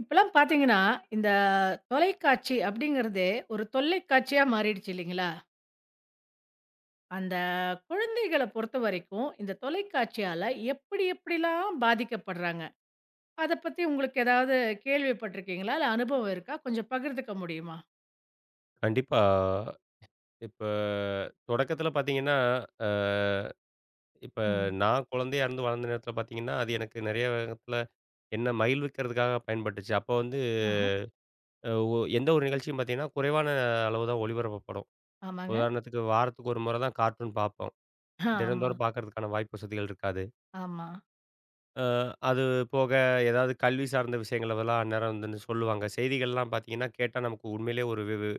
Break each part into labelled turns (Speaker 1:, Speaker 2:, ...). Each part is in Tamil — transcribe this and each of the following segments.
Speaker 1: இப்பலாம் பார்த்தீங்கன்னா, இந்த தொலைக்காட்சி அப்படிங்கிறதே ஒரு தொல்லைக்காட்சியா மாறிடுச்சு இல்லைங்களா? அந்த குழந்தைகள பொறுத்தவரைக்கும், இந்த தொலைக்காட்சியால எப்படி எப்படிலாம் பாதிக்கப்படுறாங்க? அத பத்தி உங்களுக்கு ஏதாவது கேள்விப்பட்டுருக்கீங்களா? இல்ல அனுபவம் இருக்கா? கொஞ்சம் பகிர்ந்துக்க முடியுமா?
Speaker 2: கண்டிப்பா. இப்ப தொடக்கத்தில பார்த்தீங்கன்னா, அ இப்ப
Speaker 1: ம்.
Speaker 2: நான் குழந்தையா இருந்து வளர்ந்த நேரத்தில பார்த்தீங்கன்னா, அது எனக்கு நெறைய விதத்தில என்ன மகிழ்விக்கிறதுக்காக பயன்பட்டுச்சு. அப்போ வந்து
Speaker 1: ஆஹா.
Speaker 2: அ ஒ எந்த ஒரு நிகழ்ச்சியும் பார்த்தீங்கன்னா, குறைவான அளவு தான் ஒளிபரப்பப்படும்.
Speaker 1: ஆமாங்க.
Speaker 2: உதாரணத்துக்கு வாரத்துக்கு ஒரு முறை தான் கார்ட்டூன் பார்ப்போம்.
Speaker 1: ஆ, ஆமா, ஆமா,
Speaker 2: தினந்தோறும் பார்க்கறதுக்கான வாய்ப்பு வசதிகள் இருக்காது.
Speaker 1: ஆமா,
Speaker 2: அ அது போக ஏதாவது கல்வி சார்ந்த விஷயங்களெல்லாம் அந்நேரம் வந்து சொல்லுவாங்க. செய்திகள்லாம் பார்த்தீங்கன்னா, கேட்டா நமக்கு உண்மையிலேயே ஒரு வி வி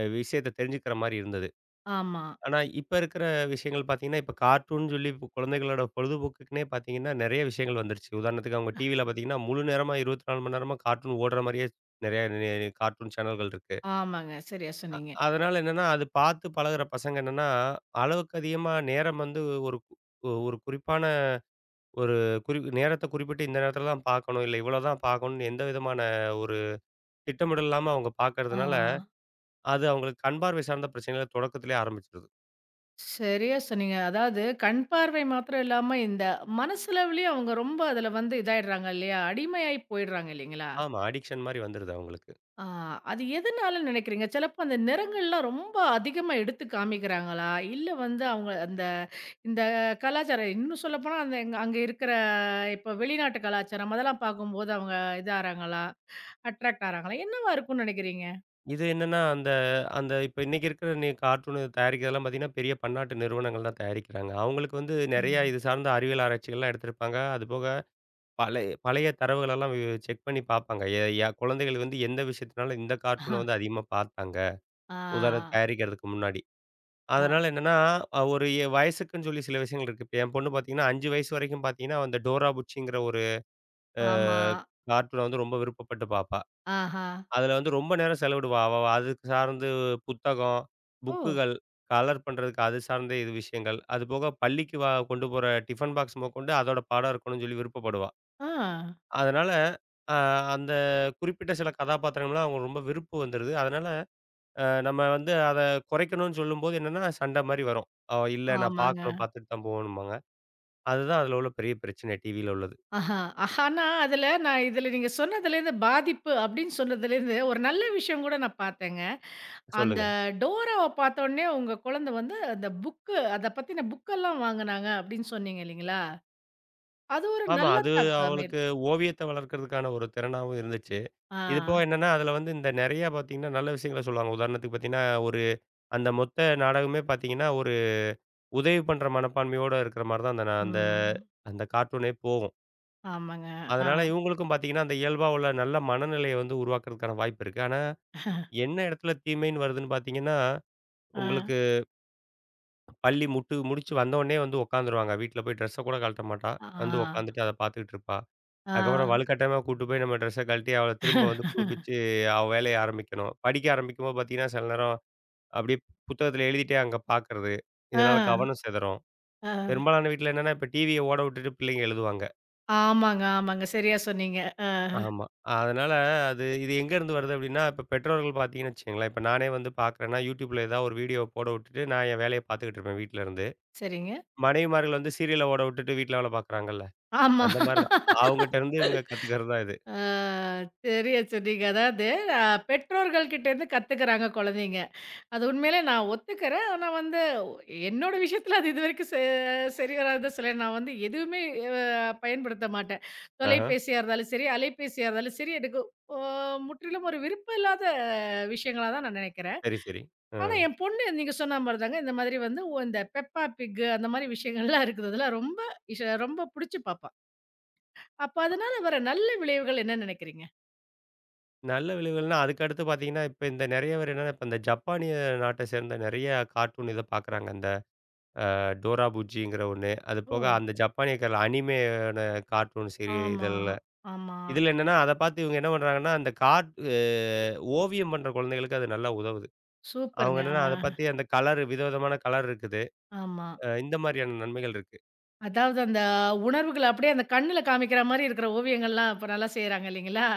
Speaker 2: அ விஷயத்த தெரிஞ்சுக்கிற மாரி இருந்தது.
Speaker 1: ஆமா.
Speaker 2: ஆனா, இப்ப இருக்கிற விஷயங்கள் பார்த்தீங்கன்னா, இப்ப கார்ட்டூன்னு சொல்லி இப்ப குழந்தைகளோட பொழுதுபோக்குக்குன்னே பார்த்தீங்கன்னா, நெறைய விஷயங்கள் வந்துருச்சு. உதாரணத்துக்கு அவங்க டிவில பார்த்தீங்கன்னா, முழு நேரமா 24 மணி நேரமா கார்ட்டூன் ஓடுற மாரியே நெறைய கார்ட்டூன் சேனல்கள் இருக்கு.
Speaker 1: ஆமாங்க. சரியா சொன்னீங்க.
Speaker 2: அதனால என்னன்னா, அது பார்த்து பழகுற பசங்க என்னன்னா, அளவுக்கு அதிகமா நேரம் வந்து ஒரு கு- ஒரு குறிப்பான ஒரு நேரத்த குறிப்பிட்டு இந்த நேரத்தில தான் பார்க்கணும், இல்ல இவ்வளோ தான் பார்க்கணும்னு எந்த விதமான ஒரு திட்டமிடல் இல்லாம அவங்க
Speaker 1: ஆ.
Speaker 2: பார்க்கறதுனால, அது அவங்களுக்கு கண் பார்வை சார்ந்த பிரச்சனைகள தொடக்கத்திலேயே ஆரம்பிச்சுருது.
Speaker 1: சரியா சொன்னீங்க. அதாவது கண் பார்வை மாத்திரம் இல்லாம, இந்த மனசளவுலயும் அவங்க ரொம்ப அதுல வந்து இதாயிடுறாங்க இல்லையா? அடிமையாயி போயிடுறாங்க இல்லைங்களா?
Speaker 2: ஆமா, அடிக்ஷன் மாரி வந்துருது அவங்களுக்கு.
Speaker 1: ஆ, அது எதனால நினைக்கிறீங்க? சிலப்போ அந்த நிறங்கள்லாம் ரொம்ப அதிகமா எடுத்து காமிக்கிறாங்களா? இல்ல வந்து அவங்க அந்த இந்த கலாச்சாரம் இன்னும் சொல்லப்போனா, அந்த எங்க அங்க இருக்கிற இப்ப வெளிநாட்டு கலாச்சாரம் அதெல்லாம் பார்க்கும்போது அவங்க இதாறாங்களா? அட்ராக்ட் ஆறாங்களா? என்னவா இருக்கும்னு நினைக்கிறீங்க?
Speaker 2: இது என்னன்னா, அந்த அந்த இப்ப இன்னைக்கு இருக்கிற நீ கார்ட்டூனு தயாரிக்கிறதெல்லாம் பார்த்தீங்கன்னா, பெரிய பன்னாட்டு நிறுவனங்கள் தான் தயாரிக்கிறாங்க. அவங்களுக்கு வந்து நெறைய
Speaker 1: ம்.
Speaker 2: இது சார்ந்த அறிவியல் ஆராய்ச்சிகள்லாம் எடுத்திருப்பாங்க. அதுபோக பழைய பழைய தரவுகளெல்லாம் செக் பண்ணி பார்ப்பாங்க. எ ய குழந்தைகள் வந்து எந்த விஷயத்தினால இந்த
Speaker 1: ஆஹா.
Speaker 2: கார்ட்டூன வந்து அதிகமா பார்த்தாங்க.
Speaker 1: ஆ,
Speaker 2: உதாரணத்துக்கு தயாரிக்கிறதுக்கு முன்னாடி.
Speaker 1: ஆ.
Speaker 2: அதனால என்னன்னா, ஒரு வயசுக்குன்னு சொல்லி சில விஷயங்கள் இருக்கு. இப்ப என் பொண்ணு பார்த்தீங்கன்னா, 5 வயசு வரைக்கும் பார்த்தீங்கன்னா, அந்த டோரா புச்சிங்கிற ஒரு அ
Speaker 1: ஆமா.
Speaker 2: கார்ட்டூன வந்து ரொம்ப விருப்பப்பட்டு பார்ப்பா.
Speaker 1: ஆஹா.
Speaker 2: அதுல வந்து ரொம்ப நேரம் செலவிடுவா. அவ அதுக்கு சார்ந்து புத்தகம்,
Speaker 1: ஓ!
Speaker 2: புக்குகள், கலர் பண்றதுக்கு அது சார்ந்த இது விஷயங்கள். அது போக பள்ளிக்கு கொண்டு போற டிஃபன் பாக்ஸ் முதற்கொண்டு அதோட பாடம் இருக்கணும்னு சொல்லி விருப்பப்படுவா.
Speaker 1: ஆ.
Speaker 2: அதனால அ அந்த குறிப்பிட்ட சில கதாபாத்திரங்கள்லாம் அவங்க ரொம்ப விருப்பம் வந்துருது. அதனால நம்ம வந்து அத குறைக்கணும்னு சொல்லும்போது என்னன்னா, சண்டை மாரி வரும். "அவ இல்ல நான்
Speaker 1: ஆமாங்க.
Speaker 2: பார்க்கணும், பார்த்துட்டு தான் போகணும்பாங்க." அதுதான் அதுல உள்ள பெரிய பிரச்சனை டிவியில உள்ளது.
Speaker 1: ஆஹா! ஆனா அதுல நான் இதுல நீங்க சொன்னதுலேருந்து பாதிப்பு அப்படின்னு சொன்னதுலேருந்து ஒரு நல்ல விஷயம் கூட நான் பார்த்தேங்க. அந்த
Speaker 2: சொல்லுங்க.
Speaker 1: டோராவ பார்த்தோனே உங்க குழந்தை வந்து அந்த புக்கு அத பத்தின புக்கெல்லாம் வாங்குனாங்க அப்படின்னு சொன்னீங்க இல்லைங்களா? அது ஒரு
Speaker 2: ஆமா.
Speaker 1: நல்ல
Speaker 2: அது
Speaker 1: தாக்கமே.
Speaker 2: அவளுக்கு ஓவியத்த வளர்க்கறதுக்கான ஒரு திறனாவும் இருந்துச்சு.
Speaker 1: ஆ.
Speaker 2: இது போக என்னன்னா, அதுல வந்து இந்த நெறையா பாத்தீங்கன்னா, நல்ல விஷயங்கள சொல்லுவாங்க. உதாரணத்துக்கு பாத்தீங்கன்னா, ஒரு அந்த மொத்த நாடகமே பாத்தீங்கன்னா, ஒரு உதவி பண்ற மனப்பான்மையோட இருக்கிற மாரி தான் அந்த
Speaker 1: ம்.
Speaker 2: அந்த கார்ட்டூனே போகும்.
Speaker 1: ஆமாங்க. ஆ.
Speaker 2: அதனால இவங்களுக்கும் பாத்தீங்கன்னா, அந்த இயல்பா உள்ள நல்ல மனநிலைய வந்து உருவாக்குறதுக்கான வாய்ப்பு இருக்கு. ஆனா, என்ன இடத்துல தீமைன்னு வருதுன்னு பாத்தீங்கன்னா,
Speaker 1: ஆ.
Speaker 2: உங்களுக்கு பள்ளி முட்டு முடிச்சு வந்தோனே வந்து உக்காந்துருவாங்க. வீட்ல போய் ட்ரெஸ்ஸ கூட கழட்ட மாட்டா.
Speaker 1: ஆ.
Speaker 2: வந்து உக்காந்துட்டு அத பாத்துக்கிட்டு இருப்பா. அதுக்கப்புறம்
Speaker 1: ஆ.
Speaker 2: வலுக்கட்டாயமா கூட்டு போய் நம்ம ட்ரெஸ்ஸ கழட்டி அவள திரும்ப வந்து புதுப்பிச்சு அவ வேலைய ஆரம்பிக்கணும். படிக்க ஆரம்பிக்கும்போது பாத்தீங்கன்னா, சில நேரம் அப்படியே புத்தகத்துல எழுதிட்டே அங்க பார்க்கறது.
Speaker 1: ஆ.
Speaker 2: இதனால கவனம் சிதறும்.
Speaker 1: ஆ.
Speaker 2: பெரும்பாலான வீட்ல என்னன்னா, இப்ப டிவிய ஓட விட்டுட்டு பிள்ளைங்க எழுதுவாங்க.
Speaker 1: ஆமாங்க, ஆமாங்க. சரியா சொன்னீங்க. ஆ.
Speaker 2: ஆமா. அதனால அது இது எங்கேருந்து வருது அப்படின்னா, இப்ப பெற்றோர்கள் பார்த்தீங்கன்னு வச்சுக்கங்களேன், இப்ப நானே வந்து பார்க்குறேன்னா, YouTubeல ஏதாவது ஒரு வீடியோவ போட விட்டுட்டு, நான் என் வேலைய பார்த்துக்கிட்டு இருப்பேன் வீட்ல இருந்து.
Speaker 1: சரிங்க.
Speaker 2: மனைவிமார்கள் வந்து சீரியல ஓட விட்டுட்டு வீட்ல வேல பார்க்குறாங்கல்ல.
Speaker 1: ஆமா.
Speaker 2: அந்த மாரி தான். அவங்கட்ட இருந்து இவங்க கத்துக்கிறது தான் இது.
Speaker 1: ஆ, சரியா சொன்னீங்க. அதாவது அ பெற்றோர்கள் கிட்டேருந்து கத்துக்கிறாங்க குழந்தைங்க. அது உண்மையிலே நான் ஒத்துக்கிறேன். ஆனா வந்து என்னோட விஷயத்துல அது இதுவரைக்கும் சரி வராது தான் சொல்லுவேன். நான் வந்து எதுவுமே அ பயன்படுத்த மாட்டேன்.
Speaker 2: ஆஹா.
Speaker 1: தொலைபேசியா இருந்தாலும் சரி, அலைபேசியா இருந்தாலும் சரி, எனக்கு அ முற்றிலும் ஒரு விருப்பம் இல்லாத விஷயங்களா தான் நான் நினைக்கிறேன்.
Speaker 2: சரி, சரி.
Speaker 1: ஆனா
Speaker 2: ம்.
Speaker 1: என் பொண்ணு நீங்க சொன்ன மாரி தாங்க இந்த மாதிரி வந்து இந்த பெப்பா பிக் அந்த மாரி விஷயங்கள்லாம் இருக்குது. அதெல்லாம் ரொம்ப இஷ ரொம்ப புடிச்சு பாப்பா. அப்ப அதனால வர நல்ல விளைவுகள் என்ன நினைக்கிறீங்க?
Speaker 2: நல்ல விளைவுகள்னா, அதுக்கு அடுத்து பார்த்தீங்கன்னா, இப்ப இந்த நெறைய பேர் என்னன்னா, இப்ப இந்த ஜப்பானிய நாட்ட சேர்ந்த நெறைய கார்ட்டூன் இத பார்க்குறாங்க. இந்த டோரா புஜ்ஜிங்கிற ஒண்ணு. அது
Speaker 1: ஓ!
Speaker 2: போக அந்த ஜப்பானிய கல அனிமேயான கார்ட்டூன்
Speaker 1: ஆமா,
Speaker 2: இதழ்ல.
Speaker 1: ஆமா.
Speaker 2: இதில என்னன்னா, அத பார்த்து இவங்க என்ன பண்றாங்கன்னா, அந்த கார்ட் அ ஓவியம் பண்ற குழந்தைகளுக்கு அது நல்லா உதவுது. அவங்க
Speaker 1: சூப்பருங்க.
Speaker 2: என்னன்னா,
Speaker 1: ஆ,
Speaker 2: அத பார்த்து அந்த கலர் விதவிதமான கலர் இருக்குது.
Speaker 1: ஆமா.
Speaker 2: இந்த மாரியான நன்மைகள் இருக்கு.
Speaker 1: அதாவது அந்த உணர்வுகள அப்படியே அந்த கண்ணுல காமிக்கிற மாரி இருக்கிற ஓவியங்கள்லாம் இப்ப நல்லா செய்றாங்க இல்லைங்களா?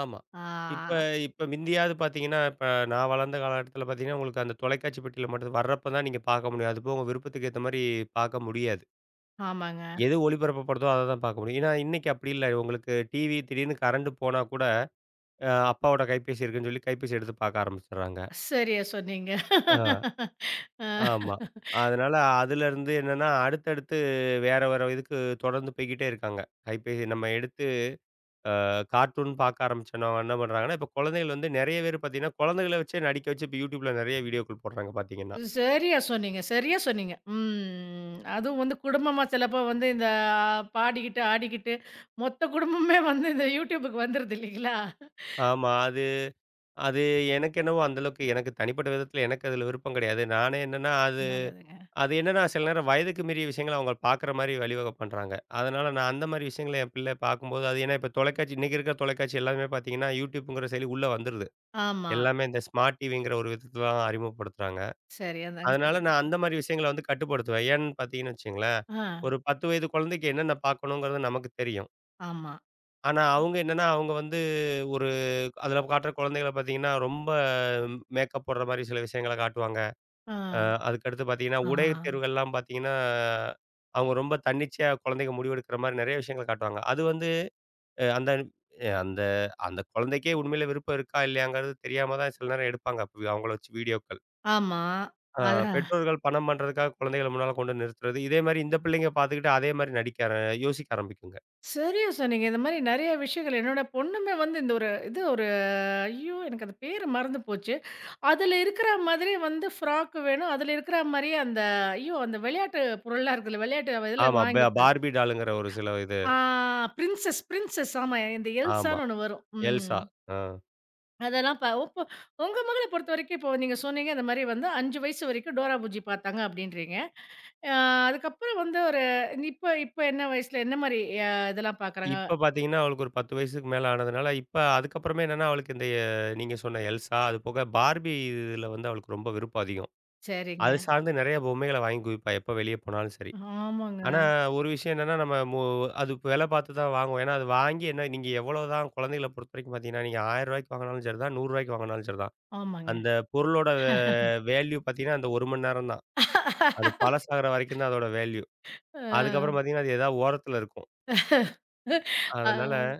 Speaker 2: ஆமா.
Speaker 1: ஆ,
Speaker 2: இப்ப இப்ப மிந்தியாவது பார்த்தீங்கன்னா, இப்ப நான் வளர்ந்த காலகட்டத்தில பார்த்தீங்கன்னா, உங்களுக்கு அந்த தொலைக்காட்சி பெட்டியில மட்டும் வர்றப்ப தான் நீங்க பார்க்க முடியும். அது போக உங்க விருப்பத்துக்கு ஏத்த மாரி பார்க்க முடியாது.
Speaker 1: ஆமாங்க.
Speaker 2: எது ஒளிபரப்பப்படுதோ அத தான் பார்க்க முடியும். ஏன்னா, இன்னைக்கு அப்படி இல்ல. உங்களுக்கு டிவி திடீர்னு கரண்ட் போனா கூட அப்பாவோட கைபேசி இருக்குன்னு சொல்லி கைபேசி எடுத்து பார்க்க ஆரம்பிச்சுடுறாங்க.
Speaker 1: சரியா சொன்னீங்க.
Speaker 2: ஆ,
Speaker 1: அ
Speaker 2: ஆமா. அதனால அதுலருந்து என்னன்னா, அடுத்தடுத்து வேற வேற இதுக்கு தொடர்ந்து போய்க்கிட்டே இருக்காங்க. கைபேசி நம்ம எடுத்து கார்ட்டூன் பார்க்க ஆரம்பிச்சோன்னா, அவங்க என்ன பண்றாங்கன்னா, இப்ப குழந்தைகள் வந்து நெறைய பேர் பார்த்தீங்கன்னா, குழந்தைகள வச்சே நடிக்க வச்சு இப்ப YouTubeல நெறைய வீடியோக்கள் போடுறாங்க பார்த்தீங்கன்னா.
Speaker 1: சரியா சொன்னீங்க, சரியா சொன்னீங்க. ம். அதுவும் வந்து குடும்பமா சிலப்போ வந்து இந்த ஆ, பாடிக்கிட்டு, ஆடிக்கிட்டு மொத்த குடும்பமே வந்து இந்த YouTubeக்கு வந்துருது இல்லைங்களா?
Speaker 2: ஆமா. அது அது எனக்கு என்னவோ அந்த அளவுக்கு எனக்கு தனிப்பட்ட விதத்தில எனக்கு அதுல விருப்பம் கிடையாது. நானே என்னன்னா, அது
Speaker 1: நல்லதுங்க.
Speaker 2: அது என்னன்னா, சில நேரம் வயதுக்கு மீறிய விஷயங்கள அவங்க பார்க்குற மாரி வழிவகை பண்றாங்க. அதனால நான் அந்த மாரி விஷயங்கள என் பிள்ளை பார்க்கும்போது, அது ஏன்னா இப்ப தொலைக்காட்சி இன்னைக்கு இருக்கிற தொலைக்காட்சி எல்லாமே பார்த்தீங்கன்னா, YouTubeங்கிற செயலி உள்ள வந்துருது.
Speaker 1: ஆமா.
Speaker 2: எல்லாமே இந்த ஸ்மார்ட் டிவிங்கிற ஒரு விதத்துல தான் அறிமுகப்படுத்துறாங்க.
Speaker 1: சரியா தாங்க
Speaker 2: அதனால
Speaker 1: சொன்னீங்க.
Speaker 2: நான் அந்த மாரி விஷயங்கள வந்து கட்டுப்படுத்துவேன். ஏன்னு பார்த்தீங்கன்னு வச்சுக்கங்களேன்,
Speaker 1: ஆ,
Speaker 2: ஒரு 10 வயது குழந்தைக்கு என்னென்ன பார்க்கணுங்கிறது நமக்கு தெரியும்.
Speaker 1: ஆமா.
Speaker 2: ஆனா அவங்க என்னன்னா, அவங்க வந்து ஒரு அதில காட்டுற குழந்தைகள பார்த்தீங்கன்னா, ரொம்ப மேக்கப் போடுற மாரி சில விஷயங்கள காட்டுவாங்க. அ
Speaker 1: ஆ,
Speaker 2: அதுக்கடுத்து பார்த்தீங்கன்னா,
Speaker 1: ஆ.
Speaker 2: உடை தேர்வுகள்லாம் பார்த்தீங்கன்னா, அவங்க ரொம்ப தன்னிச்சையா குழந்தைங்க முடிவெடுக்கிற மாரி நெறைய விஷயங்கள காட்டுவாங்க. அது வந்து அ அந்த அ அந்த அந்த குழந்தைக்கே உண்மையில விருப்பம் இருக்கா? இல்லையாங்கிறது தெரியாம தான் சில நேரம் எடுப்பாங்க. அப்ப அவங்கள வச்சு வீடியோக்கள்.
Speaker 1: ஆமா.
Speaker 2: அ
Speaker 1: அதான்.
Speaker 2: பெற்றோர்கள் பணம் பண்றதுக்காக குழந்தைகள முன்னால கொண்டு நிறுத்துறது. இதே மாரி இந்த பிள்ளைங்க பார்த்துக்கிட்டு அதே மாரி நடிக்க யோசிக்க ஆரம்பிக்குங்க.
Speaker 1: சரியா சொன்னீங்க. இந்த மாரி நெறைய விஷயங்கள் என்னோட பொண்ணுமே வந்து இந்த ஒரு இது ஒரு ஐயோ! எனக்கு அந்த பேரு மறந்து போச்சு. அதுல இருக்கிற மாதிரி வந்து ஃப்ராக் வேணும். அதுல இருக்கிற மாரியே அந்த ஐயோ! அந்த விளையாட்டு பொருள்லாம் இருக்குல்ல, விளையாட்டு இதுல
Speaker 2: ஆமா.
Speaker 1: வாங்கிட்டேன்.
Speaker 2: பார்பி டாலுங்கிற ஒரு சில இது.
Speaker 1: ஆ, பிரின்சஸ் பிரின்சஸ் ஆமா. இந்த
Speaker 2: ஆமா.
Speaker 1: எல்சான்னு ஒண்ணு வரும். ம்.
Speaker 2: எல்சா. ஆ.
Speaker 1: அதெல்லாம் ப உப்ப உங்க மகள பொறுத்த வரைக்கும் இப்போ நீங்க சொன்னீங்க இந்த மாரி வந்து 5 வயசு வரைக்கும் டோரா புஜ்ஜி பார்த்தாங்க அப்படின்றீங்க. அ அதுக்கப்புறம் வந்து ஒரு இப்ப இப்ப என்ன வயசுல என்ன மாரி இதெல்லாம் பார்க்குறாங்க?
Speaker 2: இப்ப பார்த்தீங்கன்னா, அவளுக்கு ஒரு 10 வயசுக்கு மேல ஆனதுனால, இப்ப அதுக்கப்புறமே என்னன்னா, அவளுக்கு இந்த நீங்க சொன்ன எல்சா, அது போக பார்பி இதுல வந்து அவளுக்கு ரொம்ப விருப்பம் அதிகம். அது
Speaker 1: சரிங்க.
Speaker 2: சார்ந்து நெறைய பொம்மைகள வாங்கி குவிப்பா, எப்ப வெளிய போனாலும் சரி.
Speaker 1: ஆமாங்க,
Speaker 2: ஆனா, ஒரு விஷயம் என்னன்னா, நம்ம மு அது வெல பார்த்து தான் வாங்குவோம். ஏன்னா, அது வாங்கி என்ன நீங்க எவ்வளோதான் குழந்தைகள பொறுத்தவரைக்கும் பார்த்தீங்கன்னா, நீங்க ரூ. 1000 வாங்குனாலும் சரிதான், ரூ. 100 வாங்குனாலும் சரிதான்.
Speaker 1: ஆமாங்க.
Speaker 2: அந்த பொருளோட வேல்யூ பார்த்தீங்கன்னா, அந்த 1 மணி நேரம் தான். அது பழசாகுற வரைக்கும் தான் அதோட வேல்யூ. அதுக்கப்புறம்
Speaker 1: அ,
Speaker 2: பார்த்தீங்கன்னா, அது ஏதாவது ஓரத்துல இருக்கும். அதனால
Speaker 1: அ,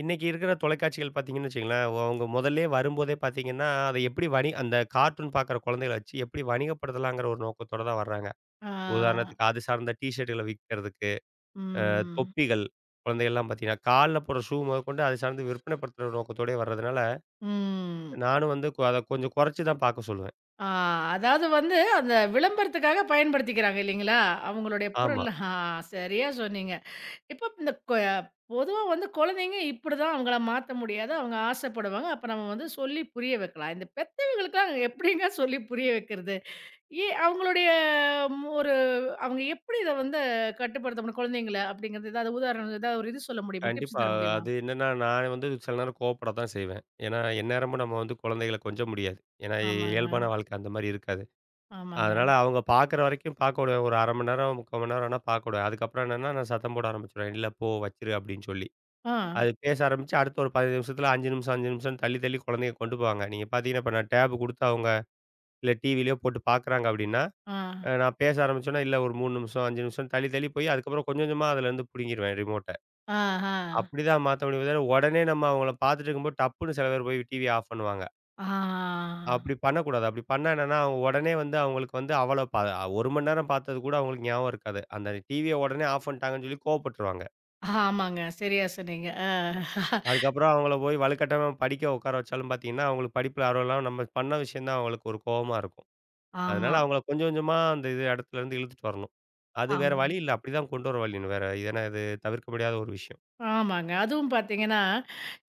Speaker 2: இன்னைக்கு இருக்கிற தொலைக்காட்சிகள் பார்த்தீங்கன்னு வச்சுக்கங்களேன், அவங்க முதல்லயே வரும்போதே பார்த்தீங்கன்னா, அதை எப்படி அந்த கார்ட்டூன் பார்க்குற குழந்தைகள வச்சு எப்படி வணிகப்படுத்தலாங்கிற ஒரு நோக்கத்தோட தான் வர்றாங்க.
Speaker 1: ஆ,
Speaker 2: உதாரணத்துக்கு அது சார்ந்த டீ ஷர்ட்டுகள விக்கிறதுக்கு,
Speaker 1: ம்,
Speaker 2: தொப்பிகள் குழந்தைகள்லாம் பார்த்தீங்கன்னா, கால்ல போடுற ஷூ முதற்கொண்டு அது சார்ந்து விற்பனைப்படுத்துற நோக்கத்தோடயே வர்றதுனால,
Speaker 1: ம்.
Speaker 2: நானும் வந்து அத கொஞ்சம் குறைச்சு தான் பார்க்க சொல்லுவேன்.
Speaker 1: ஆ, அதாவது வந்து அந்த விளம்பரத்துக்காக பயன்படுத்திக்கிறாங்க இல்லைங்களா? அவங்களுடைய பொருள்.
Speaker 2: ஆமா.
Speaker 1: ஆ, சரியா சொன்னீங்க. இப்ப இந்த பொதுவா வந்து குழந்தைங்க இப்படிதான் அவங்கள மாத்த முடியாது. அவங்க ஆசைப்படுவாங்க. அப்ப நம்ம வந்து சொல்லி புரிய வைக்கலாம். இந்த பெத்தவங்களுக்குலாம் எப்படிங்க சொல்லி புரிய வைக்கிறது? ஏ அவங்களுடைய ம் ஒரு அவங்க எப்படி இத வந்து கட்டுப்படுத்த முடியும் குழந்தைங்கள? அப்படிங்கிறது ஏதாவது உதாரணம் ஏதாவது ஒரு இது சொல்ல முடியுமா? டிப்ஸ்
Speaker 2: கண்டிப்பா.
Speaker 1: தர முடியுமா?
Speaker 2: அது என்னன்னா, நான் வந்து சில நேரம் கோவப்பட தான் செய்வேன். ஏன்னா, எந்நேரமும் நம்ம வந்து குழந்தைகள கொஞ்ச முடியாது. ஏன்னா
Speaker 1: ஆமாங்க,
Speaker 2: இயல்பான வாழ்க்கை அந்த மாரி இருக்காது.
Speaker 1: ஆமாங்க.
Speaker 2: அதனால அவங்க பார்க்குற வரைக்கும் பார்க்க விடுவேன். ஒரு 1/2 மணி நேரம், 3/4 மணி நேரம் வேணா பார்க்க விடுவேன். அதுக்கப்புறம் என்னன்னா, நான் சத்தம் போட ஆரம்பிச்சுருவேன். "இல்ல போ வச்சுரு" அப்படின்னு சொல்லி.
Speaker 1: ஆ,
Speaker 2: அது பேச ஆரம்பிச்சு அடுத்த ஒரு 15 நிமிஷத்துல 5 நிமிஷம், 5 நிமிஷம்ன்னு தள்ளி தள்ளி குழந்தைங்க கொண்டு போவாங்க. நீங்க பார்த்தீங்கன்னா, இப்ப நான் டேப் குடுத்து அவங்க இல்ல டிவிலயோ போட்டு பார்க்குறாங்க அப்படின்னா,
Speaker 1: ஆ,
Speaker 2: நான் பேச ஆரம்பிச்சோன்னே, இல்ல ஒரு 3 நிமிஷம், 5 நிமிஷம்ன்னு தள்ளி தள்ளி போய் அதுக்கப்புறம் கொஞ்சம் கொஞ்சமா அதுலேருந்து புடுங்கிருவேன் ரிமோட்ட.
Speaker 1: ஆ, ஆ,
Speaker 2: அப்படிதான் மாத்த முடியுமே தவிர, உடனே நம்ம அவங்கள பார்த்துட்டு இருக்கும்போது டப்புன்னு சில பேர் போய் டிவிய ஆஃப் பண்ணுவாங்க.
Speaker 1: ஆ,
Speaker 2: அப்படி பண்ணக்கூடாது. அப்படி பண்ணா என்னன்னா, அவங்க உடனே வந்து அவங்களுக்கு வந்து அவ்வளோ ப 1 மணி நேரம் பார்த்தது கூட அவங்களுக்கு ஞாபகம் இருக்காது. அந்த டிவிய உடனே ஆஃப் பண்ணிட்டாங்கன்னு சொல்லி கோவப்பட்டுருவாங்க.
Speaker 1: ஆமாங்க. சரியா சொன்னீங்க. ஆ,
Speaker 2: அதுக்கப்புறம் அவங்கள போய் வலுக்கட்டாயமா படிக்க உட்கார வச்சாலும் பார்த்தீங்கன்னா, அவங்களுக்கு படிப்புல ஆர்வம் இல்லாம நம்ம பண்ண விஷயம் தான் அவங்களுக்கு ஒரு கோவமா இருக்கும்.
Speaker 1: ஆமா,
Speaker 2: அதனால அவங்கள கொஞ்சம் கொஞ்சமா அந்த இது இடத்துலருந்து இழுத்துட்டு வரணும். அது வேற
Speaker 1: ஆமா.
Speaker 2: வழி இல்ல. அப்படிதான் கொண்டு வர வழி வேற. ஏன்னா இது தவிர்க்க முடியாத ஒரு விஷயம்.
Speaker 1: ஆமாங்க. அதுவும் பார்த்தீங்கன்னா,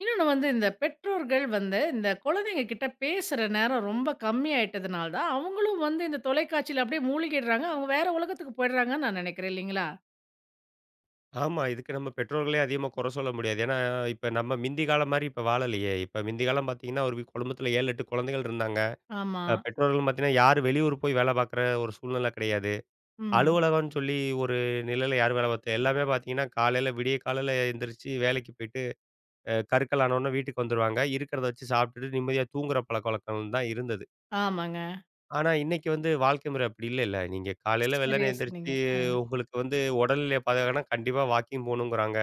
Speaker 1: இன்னொன்னு வந்து இந்த பெற்றோர்கள் வந்து இந்த குழந்தைங்க கிட்ட பேசுற நேரம் ரொம்ப கம்மியாயிட்டதுனால தான், அவங்களும் வந்து இந்த தொலைக்காட்சியில அப்படியே மூழ்கிடுறாங்க. அவங்க வேற உலகத்துக்கு போயிடுறாங்கன்னு நான் நினைக்கிறேன் இல்லைங்களா?
Speaker 2: ஆமா. இதுக்கு நம்ம பெற்றோர்களே அதிகமா குறை சொல்ல முடியாது. ஏன்னா, இப்ப நம்ம மிந்தி காலம் மாரி இப்ப வாழலையே. இப்ப மிந்தி காலம் பார்த்தீங்கன்னா, ஒரு குடும்பத்துல 7, 8 குழந்தைகள் இருந்தாங்க.
Speaker 1: ஆமா.
Speaker 2: பெற்றோர்கள் பார்த்தீங்கன்னா, யாரும் வெளியூர் போய் வேலை பார்க்குற ஒரு சூழ்நிலை கிடையாது.
Speaker 1: ம்.
Speaker 2: அலுவலகம்னு சொல்லி ஒரு நிலையில யாரும் வேலை பார்த்து எல்லாமே பார்த்தீங்கன்னா, காலையில விடிய காலையில எந்திரிச்சு வேலைக்கு போயிட்டு, கருக்கல் ஆனோனே வீட்டுக்கு வந்துருவாங்க. இருக்கிறத வச்சு சாப்பிட்டுட்டு நிம்மதியா தூங்குற பழக்கவழக்கம் தான் இருந்தது.
Speaker 1: ஆமாங்க.
Speaker 2: ஆனா, இன்னைக்கு வந்து வாழ்க்கை முறை அப்படி இல்லைல்ல. நீங்க காலையில வெள்ளன
Speaker 1: சரியா சொன்னீங்க.
Speaker 2: எந்திரிச்சு
Speaker 1: ஆ.
Speaker 2: உங்களுக்கு வந்து உடல்நிலை பாதுகாக்கணும்னா கண்டிப்பா வாக்கிங் போணுங்கிறாங்க.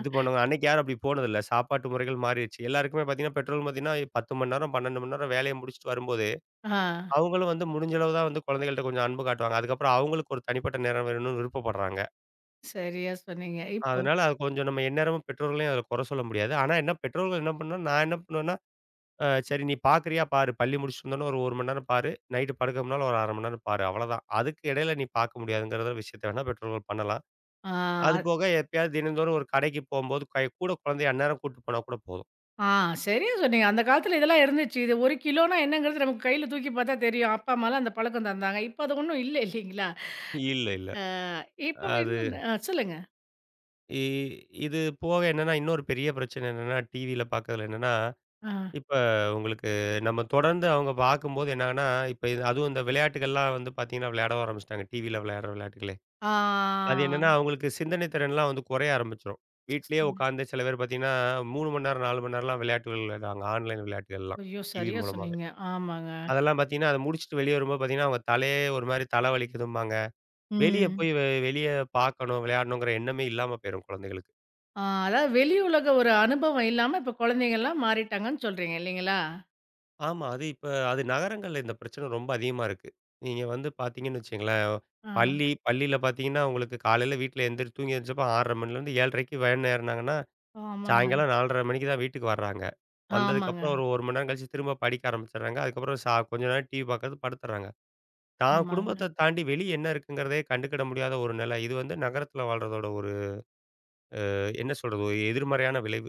Speaker 2: இது பண்ணுங்க. அன்னைக்கு யாரும் அப்படி போனதில்ல. சாப்பாட்டு முறைகள் மாறிருச்சு. எல்லாருக்குமே பார்த்தீங்கன்னா, பெற்றோர்கள் பார்த்தீங்கன்னா, 10 மணி நேரம், 12 மணி நேரம் வேலைய முடிச்சுட்டு வரும்போதே
Speaker 1: ஆ.
Speaker 2: அவங்களும் வந்து முடிஞ்ச அளவு தான் வந்து குழந்தைகள்ட்ட கொஞ்சம் அன்பு காட்டுவாங்க. அதுக்கப்புறம் அவங்களுக்கு ஒரு தனிப்பட்ட நேரம் வேணும்னு விருப்பப்படுறாங்க.
Speaker 1: சரியா சொன்னீங்க. இப்போ
Speaker 2: அதனால அது கொஞ்சம் நம்ம எந்நேரமும் பெற்றோர்களையும் அதில குறை சொல்ல முடியாது. ஆனா என்ன பெற்றோர்கள் என்ன பண்ணணும், நான் என்ன பண்ணுவேன்னா, சரி நீ பார்க்குறியா பாரு. பள்ளி முடிச்சுட்டு வந்தோனே ஒரு 1 மணி நேரம் பாரு. நைட்டு படுக்க முன்னால ஒரு 1/2 மணி நேரம் பாரு. அவ்வளோதான். அதுக்கு இடையில நீ பார்க்க முடியாதுங்கிற விஷயத்த வேணா பெற்றோர்கள் பண்ணலாம்.
Speaker 1: ஆ,
Speaker 2: அது
Speaker 1: அத்
Speaker 2: போக எப்பயாவது தினந்தோறும் ஒரு கடைக்கு போம்போது கை கூட குழந்தைய அந்நேரம் கூட்டு போனா கூட போதும்.
Speaker 1: ஆ சரியா சொன்னீங்க. அந்த காலத்துல இதெல்லாம் இருந்துச்சு. இது 1 கிலோனா என்னங்கிறது நமக்கு கையில தூக்கி பார்த்தா தெரியும். அப்பா, அம்மாலாம் அந்த பழக்கம் தந்தாங்க. இப்ப அது ஒண்ணும் இல்ல இல்லீங்களா?
Speaker 2: இல்ல, இல்ல.
Speaker 1: ஆ, இப்ப
Speaker 2: அது
Speaker 1: இன்னொன்னு ஆ சொல்லுங்க.
Speaker 2: இ இது போக என்னன்னா, இன்னொரு பெரிய பிரச்சனை என்னன்னா, டிவியில பார்க்கறதுல என்னன்னா
Speaker 1: ஆ.
Speaker 2: இப்ப உங்களுக்கு நம்ம தொடர்ந்து அவங்க பார்க்கும்போது என்னான்னா, இப்ப இது அதுவும் இந்த விளையாட்டுகள்லாம் வந்து பார்த்தீங்கன்னா, விளையாட ஆரம்பிச்சுட்டாங்க. டிவியில விளையாடுற விளையாட்டுகளே.
Speaker 1: ஆ.
Speaker 2: அது என்னன்னா, அவங்களுக்கு சிந்தனை திறன்லாம் வந்து குறைய ஆரம்பிச்சுரும். வீட்லயே உட்காந்து சில பேர் பார்த்தீங்கன்னா, 3 மணி நேரம், 4 மணி நேரம்லாம் விளையாட்டுகள் விளையாடுறாங்க. ஆன்லைன் விளையாட்டுகள்லாம்.
Speaker 1: ஐயோ!
Speaker 2: டிவி
Speaker 1: சரியா
Speaker 2: மூலமாவே.
Speaker 1: சொன்னீங்க. ஆமாங்க.
Speaker 2: அதெல்லாம் பார்த்தீங்கன்னா, அத முடிச்சுட்டு வெளிய வரும்போது பார்த்தீங்கன்னா, அவங்க தலையே ஒரு மாரி தலை வலிக்குதும்பாங்க. வெளிய
Speaker 1: ம்.
Speaker 2: போய் வெளிய பார்க்கணும், விளையாடணுங்கிற எண்ணமே இல்லாம போயிரும் குழந்தைகளுக்கு.
Speaker 1: ஆ, அதாவது வெளி உலக ஒரு அனுபவம் இல்லாம இப்ப குழந்தைங்கலாம் மாறிட்டாங்கன்னு சொல்றீங்க இல்லீங்களா?
Speaker 2: ஆமா. அது இப்ப அது நகரங்கள்ல இந்த பிரச்சனை ரொம்ப அதிகமா இருக்கு. நீங்க வந்து பார்த்தீங்கன்னு வச்சுக்கங்களேன்,
Speaker 1: ஆ.
Speaker 2: பள்ளியில பார்த்தீங்கன்னா, உங்களுக்கு காலையில வீட்ல எந்திரி தூங்கி எந்திரிச்சப்போ 6:30 மணிலேருந்து 7:30க்கு வேன் ஏறுனாங்கன்னா,
Speaker 1: ஆமாங்க.
Speaker 2: சாயங்காலம் 4:30 மணிக்கு தான் வீட்டுக்கு வர்றாங்க.
Speaker 1: ஆமாங்க.
Speaker 2: வந்ததுக்கப்புறம் ஒரு 1 மணி நேரம் கழிச்சு திரும்ப படிக்க ஆரம்பிச்சுடுறாங்க. அதுக்கப்புறம் கொஞ்ச நேரம் டிவி பார்க்கறது படுத்துடுறாங்க. தான்
Speaker 1: ஆமா.
Speaker 2: குடும்பத்த தாண்டி வெளிய என்ன இருக்குங்கிறதே கண்டுக்கிட முடியாத ஒரு நிலை. இது வந்து நகரத்தில வாழ்றதோட ஒரு என்ன சொல்றது? ஒரு எதிர்மறையான விளைவு.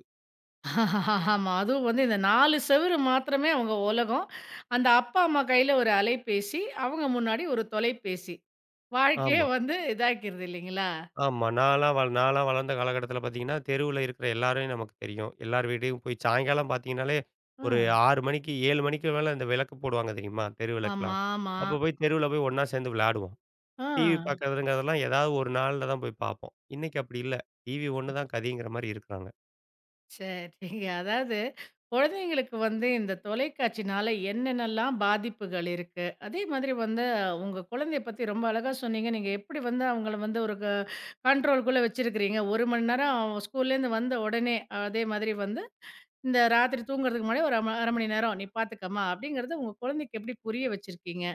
Speaker 1: ஆமா. அதுவும் வந்து இந்த 4 செவுரு மாத்திரமே அவங்க உலகம். அந்த அப்பா, அம்மா கையில ஒரு அலைபேசி, அவங்க முன்னாடி ஒரு தொலைபேசி. வாழ்க்கையே
Speaker 2: ஆமா.
Speaker 1: வந்து இதாக்கிருது இல்லைங்களா?
Speaker 2: ஆமா. நான்லாம் வளர்ந்த காலகட்டத்தில பார்த்தீங்கன்னா, தெருவுல இருக்கிற எல்லாரையும் நமக்கு தெரியும். எல்லார் வீட்லயும் போய் சாயங்காலம் பார்த்தீங்கன்னாலே, ஒரு
Speaker 1: ஆ.
Speaker 2: 6 மணிக்கு 7 மணிக்கு மேல இந்த விளக்கு போடுவாங்க தெரியுமா? தெரு விளக்குலாம்.
Speaker 1: ஆமா, ஆமா.
Speaker 2: அப்ப போய் தெருவுல போய் ஒண்ணா சேர்ந்து விளையாடுவோம்.
Speaker 1: ஆ.
Speaker 2: டிவி பார்க்கறதுங்கிறதெல்லாம் ஏதாவது ஒரு நாள்ல தான் போய் பார்ப்போம். இன்னைக்கு அப்படி இல்ல. டிவி ஒண்ணு தான் கதிங்கிற மாரி இருக்கிறாங்க.
Speaker 1: சரிங்க. அதாவது குழந்தைங்களுக்கு வந்து இந்த தொலைக்காட்சினால என்னென்னலாம் பாதிப்புகள் இருக்கு? அதே மாதிரி வந்து உங்க குழந்தைய பத்தி ரொம்ப அழகா சொன்னீங்க. நீங்க எப்படி வந்து அவங்கள வந்து ஒரு கண்ட்ரோல்க்குள்ள வச்சிருக்கிறீங்க. 1 மணி நேரம் ஸ்கூல்லேருந்து வந்த உடனே அதே மாதிரி வந்து இந்த ராத்திரி தூங்குறதுக்கு முன்னாடி ஒரு அரை மணி நேரம் நீ பார்த்துக்கம்மா அப்படிங்கிறத உங்க குழந்தைக்கு எப்படி புரிய வச்சிருக்கீங்க.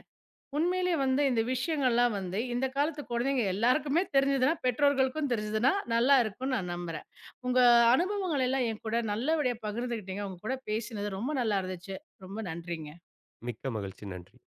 Speaker 1: உண்மையிலேயே வந்து இந்த விஷயங்கள்லாம் வந்து இந்த காலத்து குழந்தைங்க எல்லாருக்குமே தெரிஞ்சதுன்னா, பெற்றோர்களுக்கும் தெரிஞ்சதுன்னா நல்லா இருக்கும்னு நான் நம்புறேன். உங்க அனுபவங்கள் எல்லாம் என் கூட நல்லபடியா பகிர்ந்துக்கிட்டீங்க. உங்க கூட பேசினது ரொம்ப நல்லா இருந்துச்சு. ரொம்ப நன்றிங்க.
Speaker 2: மிக்க மகிழ்ச்சி. நன்றி.